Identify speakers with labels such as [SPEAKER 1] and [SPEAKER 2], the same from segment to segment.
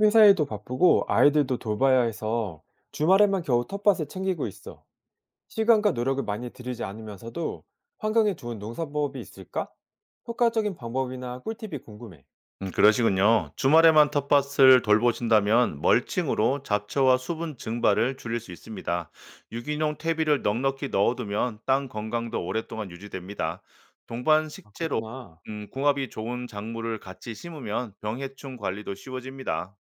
[SPEAKER 1] 회사에도 바쁘고 아이들도 돌봐야 해서 주말에만 겨우 텃밭을 챙기고 있어. 시간과 노력을 많이 들이지 않으면서도 환경에 좋은 농사법이 있을까? 효과적인 방법이나 꿀팁이 궁금해.
[SPEAKER 2] 그러시군요. 주말에만 텃밭을 돌보신다면 멀칭으로 잡초와 수분 증발을 줄일 수 있습니다. 유기농 퇴비를 넉넉히 넣어두면 땅 건강도 오랫동안 유지됩니다. 동반
[SPEAKER 1] 아,
[SPEAKER 2] 식재로
[SPEAKER 1] 그렇구나.
[SPEAKER 2] 궁합이 좋은 작물을 같이 심으면 병해충 관리도 쉬워집니다.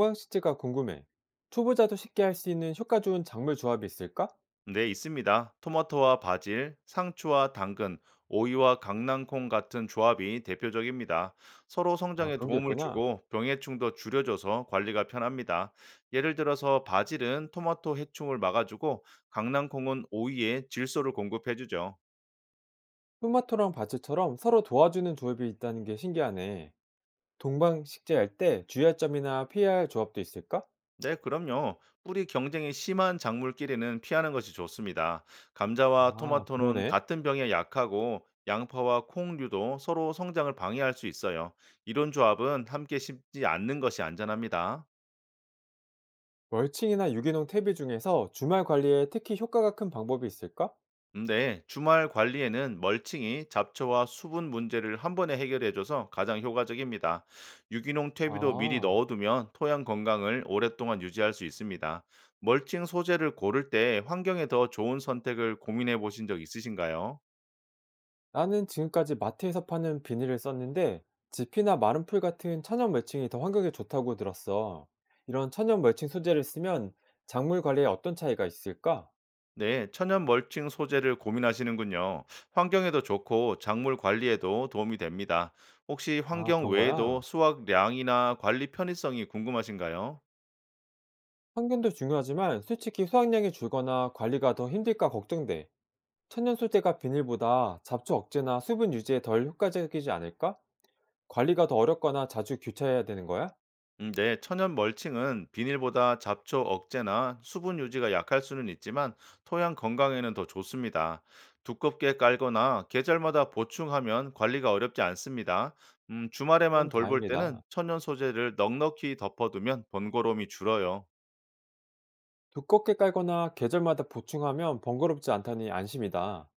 [SPEAKER 1] 동방식재가 궁금해. 초보자도 쉽게 할 수 있는 효과 좋은 작물 조합이 있을까?
[SPEAKER 2] 네, 있습니다. 토마토와 바질, 상추와 당근, 오이와 강낭콩 같은 조합이 대표적입니다. 서로
[SPEAKER 1] 아,
[SPEAKER 2] 성장에
[SPEAKER 1] 그런 게
[SPEAKER 2] 도움을
[SPEAKER 1] 있구나.
[SPEAKER 2] 주고 병해충도 줄여줘서 관리가 편합니다. 예를 들어서 바질은 토마토 해충을 막아주고 강낭콩은 오이에 질소를 공급해주죠.
[SPEAKER 1] 토마토랑 바질처럼 서로 도와주는 조합이 있다는 게 신기하네. 동방식재할 때 주의할 점이나 피해야 할 조합도 있을까?
[SPEAKER 2] 네, 그럼요. 뿌리 경쟁이 심한 작물끼리는 피하는 것이 좋습니다. 감자와
[SPEAKER 1] 아,
[SPEAKER 2] 토마토는
[SPEAKER 1] 그러네.
[SPEAKER 2] 같은 병에 약하고 양파와 콩류도 서로 성장을 방해할 수 있어요. 이런 조합은 함께 심지 않는 것이 안전합니다.
[SPEAKER 1] 멀칭이나 유기농 퇴비 중에서 주말 관리에 특히 효과가 큰 방법이 있을까?
[SPEAKER 2] 네, 주말 관리에는 멀칭이 잡초와 수분 문제를 한 번에 해결해줘서 가장 효과적입니다. 유기농 퇴비도 미리
[SPEAKER 1] 아,
[SPEAKER 2] 넣어두면 토양 건강을 오랫동안 유지할 수 있습니다. 멀칭 소재를 고를 때 환경에 더 좋은 선택을 고민해 보신 적 있으신가요?
[SPEAKER 1] 나는 지금까지 마트에서 파는 비닐을 썼는데 지피나 마른 풀 같은 천연 멀칭이 더 환경에 좋다고 들었어. 이런 천연 멀칭 소재를 쓰면 작물 관리에 어떤 차이가 있을까?
[SPEAKER 2] 네, 천연 멀칭 소재를 고민하시는군요. 환경에도 좋고 작물 관리에도 도움이 됩니다. 혹시
[SPEAKER 1] 아,
[SPEAKER 2] 환경
[SPEAKER 1] 그런
[SPEAKER 2] 외에도
[SPEAKER 1] 거야.
[SPEAKER 2] 수확량이나 관리 편의성이 궁금하신가요?
[SPEAKER 1] 환경도 중요하지만 솔직히 수확량이 줄거나 관리가 더 힘들까 걱정돼. 천연 소재가 비닐보다 잡초 억제나 수분 유지에 덜 효과적이지 않을까? 관리가 더 어렵거나 자주 교체해야 되는 거야?
[SPEAKER 2] 네, 천연 멀칭은 비닐보다 잡초 억제나 수분 유지가 약할 수는 있지만 토양 건강에는 더 좋습니다. 두껍게 깔거나 계절마다 보충하면 관리가 어렵지 않습니다. 주말에만
[SPEAKER 1] 그럼
[SPEAKER 2] 돌볼 때는
[SPEAKER 1] 다행이다.
[SPEAKER 2] 천연 소재를 넉넉히 덮어두면 번거로움이 줄어요.
[SPEAKER 1] 두껍게 깔거나 계절마다 보충하면 번거롭지 않다니 안심이다.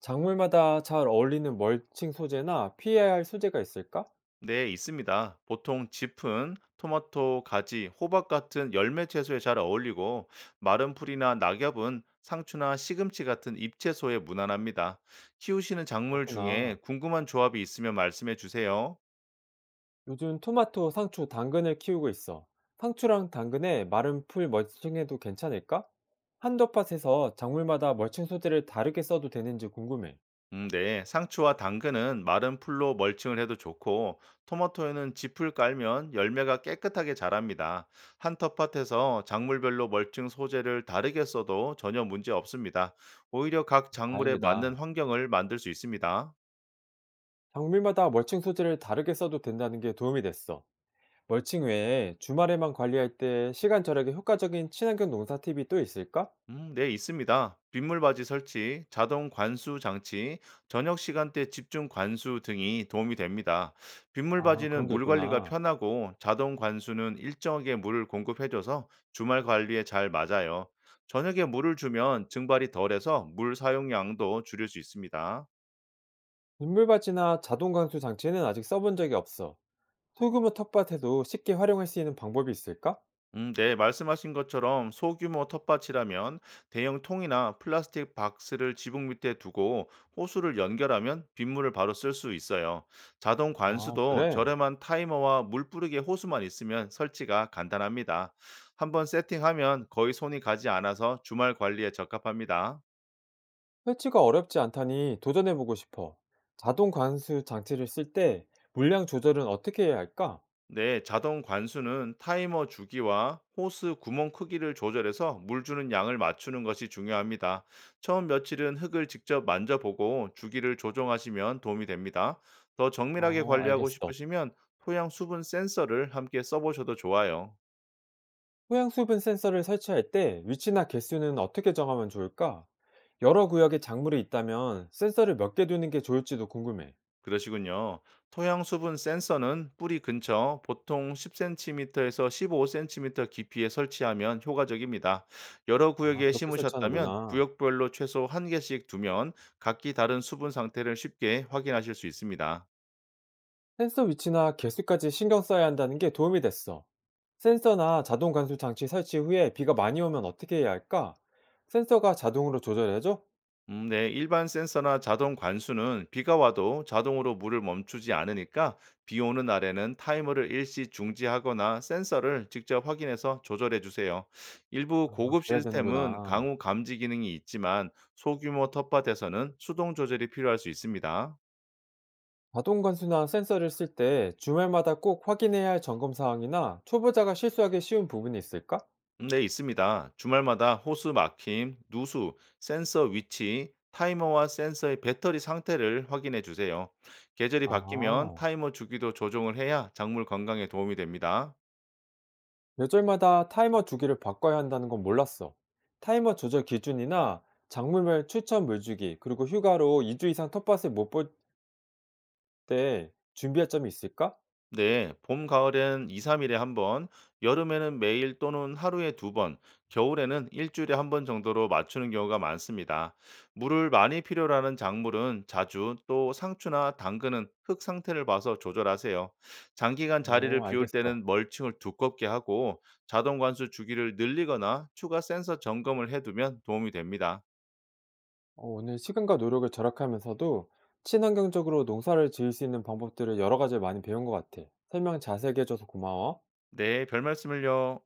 [SPEAKER 1] 작물마다 잘 어울리는 멀칭 소재나 피해야 할 소재가 있을까?
[SPEAKER 2] 네, 있습니다. 보통 짚은 토마토, 가지, 호박 같은 열매 채소에 잘 어울리고 마른 풀이나 낙엽은 상추나 시금치 같은 잎채소에 무난합니다. 키우시는 작물 중에
[SPEAKER 1] 그렇구나.
[SPEAKER 2] 궁금한 조합이 있으면 말씀해 주세요.
[SPEAKER 1] 요즘 토마토, 상추, 당근을 키우고 있어. 상추랑 당근에 마른 풀 멀칭해도 괜찮을까? 한덮밭에서 작물마다 멀칭 소재를 다르게 써도 되는지 궁금해.
[SPEAKER 2] 네. 상추와 당근은 마른 풀로 멀칭을 해도 좋고, 토마토에는 지풀 깔면 열매가 깨끗하게 자랍니다. 한 텃밭에서 작물별로 멀칭 소재를 다르게 써도 전혀 문제 없습니다. 오히려 각 작물에 맞는
[SPEAKER 1] 다행이다.
[SPEAKER 2] 환경을 만들 수 있습니다.
[SPEAKER 1] 작물마다 멀칭 소재를 다르게 써도 된다는 게 도움이 됐어. 멀칭 외에 주말에만 관리할 때 시간 절약에 효과적인 친환경 농사 팁이 또 있을까?
[SPEAKER 2] 네, 있습니다. 빗물바지 설치, 자동 관수 장치, 저녁 시간대 집중 관수 등이 도움이 됩니다.
[SPEAKER 1] 아, 그런
[SPEAKER 2] 빗물바지는
[SPEAKER 1] 게
[SPEAKER 2] 물 관리가
[SPEAKER 1] 있구나.
[SPEAKER 2] 편하고 자동 관수는 일정하게 물을 공급해줘서 주말 관리에 잘 맞아요. 저녁에 물을 주면 증발이 덜해서 물 사용량도 줄일 수 있습니다.
[SPEAKER 1] 인물밭이나 자동 강수 장치는 아직 써본 적이 없어. 소규모 텃밭에도 쉽게 활용할 수 있는 방법이 있을까?
[SPEAKER 2] 네, 말씀하신 것처럼 소규모 텃밭이라면 대형 통이나 플라스틱 박스를 지붕 밑에 두고 호수를 연결하면 빗물을 바로 쓸 수 있어요. 자동
[SPEAKER 1] 아,
[SPEAKER 2] 관수도
[SPEAKER 1] 그래.
[SPEAKER 2] 저렴한 타이머와 물 뿌리개 호수만 있으면 설치가 간단합니다. 한번 세팅하면 거의 손이 가지 않아서 주말 관리에 적합합니다.
[SPEAKER 1] 설치가 어렵지 않다니 도전해보고 싶어. 자동 관수 장치를 쓸 때 물량 조절은 어떻게 해야 할까?
[SPEAKER 2] 네, 자동 관수는 타이머 주기와 호스 구멍 크기를 조절해서 물 주는 양을 맞추는 것이 중요합니다. 처음 며칠은 흙을 직접 만져보고 주기를 조정하시면 도움이 됩니다. 더 정밀하게
[SPEAKER 1] 아,
[SPEAKER 2] 관리하고
[SPEAKER 1] 알겠어.
[SPEAKER 2] 싶으시면 토양 수분 센서를 함께 써보셔도 좋아요.
[SPEAKER 1] 토양 수분 센서를 설치할 때 위치나 개수는 어떻게 정하면 좋을까? 여러 구역에 작물이 있다면 센서를 몇 개 두는 게 좋을지도 궁금해.
[SPEAKER 2] 그러시군요. 토양 수분 센서는 뿌리 근처 보통 10cm에서 15cm 깊이에 설치하면 효과적입니다. 여러
[SPEAKER 1] 아,
[SPEAKER 2] 구역에
[SPEAKER 1] 그렇게
[SPEAKER 2] 심으셨다면
[SPEAKER 1] 설치하는구나.
[SPEAKER 2] 구역별로 최소 한 개씩 두면 각기 다른 수분 상태를 쉽게 확인하실 수 있습니다.
[SPEAKER 1] 센서 위치나 개수까지 신경 써야 한다는 게 도움이 됐어. 센서나 자동 관수 장치 설치 후에 비가 많이 오면 어떻게 해야 할까? 센서가 자동으로 조절해줘?
[SPEAKER 2] 네. 일반 센서나 자동 관수는 비가 와도 자동으로 물을 멈추지 않으니까 비 오는 날에는 타이머를 일시 중지하거나 센서를 직접 확인해서 조절해 주세요. 일부
[SPEAKER 1] 아,
[SPEAKER 2] 고급
[SPEAKER 1] 그래야
[SPEAKER 2] 시스템은
[SPEAKER 1] 되는구나.
[SPEAKER 2] 강우 감지 기능이 있지만 소규모 텃밭에서는 수동 조절이 필요할 수 있습니다.
[SPEAKER 1] 자동 관수나 센서를 쓸 때 주말마다 꼭 확인해야 할 점검 사항이나 초보자가 실수하기 쉬운 부분이 있을까?
[SPEAKER 2] 네, 있습니다. 주말마다 호수 막힘, 누수, 센서 위치, 타이머와 센서의 배터리 상태를 확인해 주세요. 계절이 바뀌면
[SPEAKER 1] 아.
[SPEAKER 2] 타이머 주기도 조정을 해야 작물 건강에 도움이 됩니다.
[SPEAKER 1] 계절마다 타이머 주기를 바꿔야 한다는 건 몰랐어. 타이머 조절 기준이나 작물별 추천 물주기, 그리고 휴가로 2주 이상 텃밭을 못 볼 때 준비할 점이 있을까?
[SPEAKER 2] 네, 봄, 가을엔 2, 3일에 한 번, 여름에는 매일 또는 하루에 두 번, 겨울에는 일주일에 한 번 정도로 맞추는 경우가 많습니다. 물을 많이 필요로 하는 작물은 자주, 또 상추나 당근은 흙 상태를 봐서 조절하세요. 장기간 자리를
[SPEAKER 1] 어,
[SPEAKER 2] 비울
[SPEAKER 1] 알겠어.
[SPEAKER 2] 때는 멀칭을 두껍게 하고 자동 관수 주기를 늘리거나 추가 센서 점검을 해두면 도움이 됩니다.
[SPEAKER 1] 어, 오늘 시간과 노력을 절약하면서도 친환경적으로 농사를 지을 수 있는 방법들을 여러 가지 많이 배운 것 같아. 설명 자세히 해줘서 고마워.
[SPEAKER 2] 네, 별 말씀을요.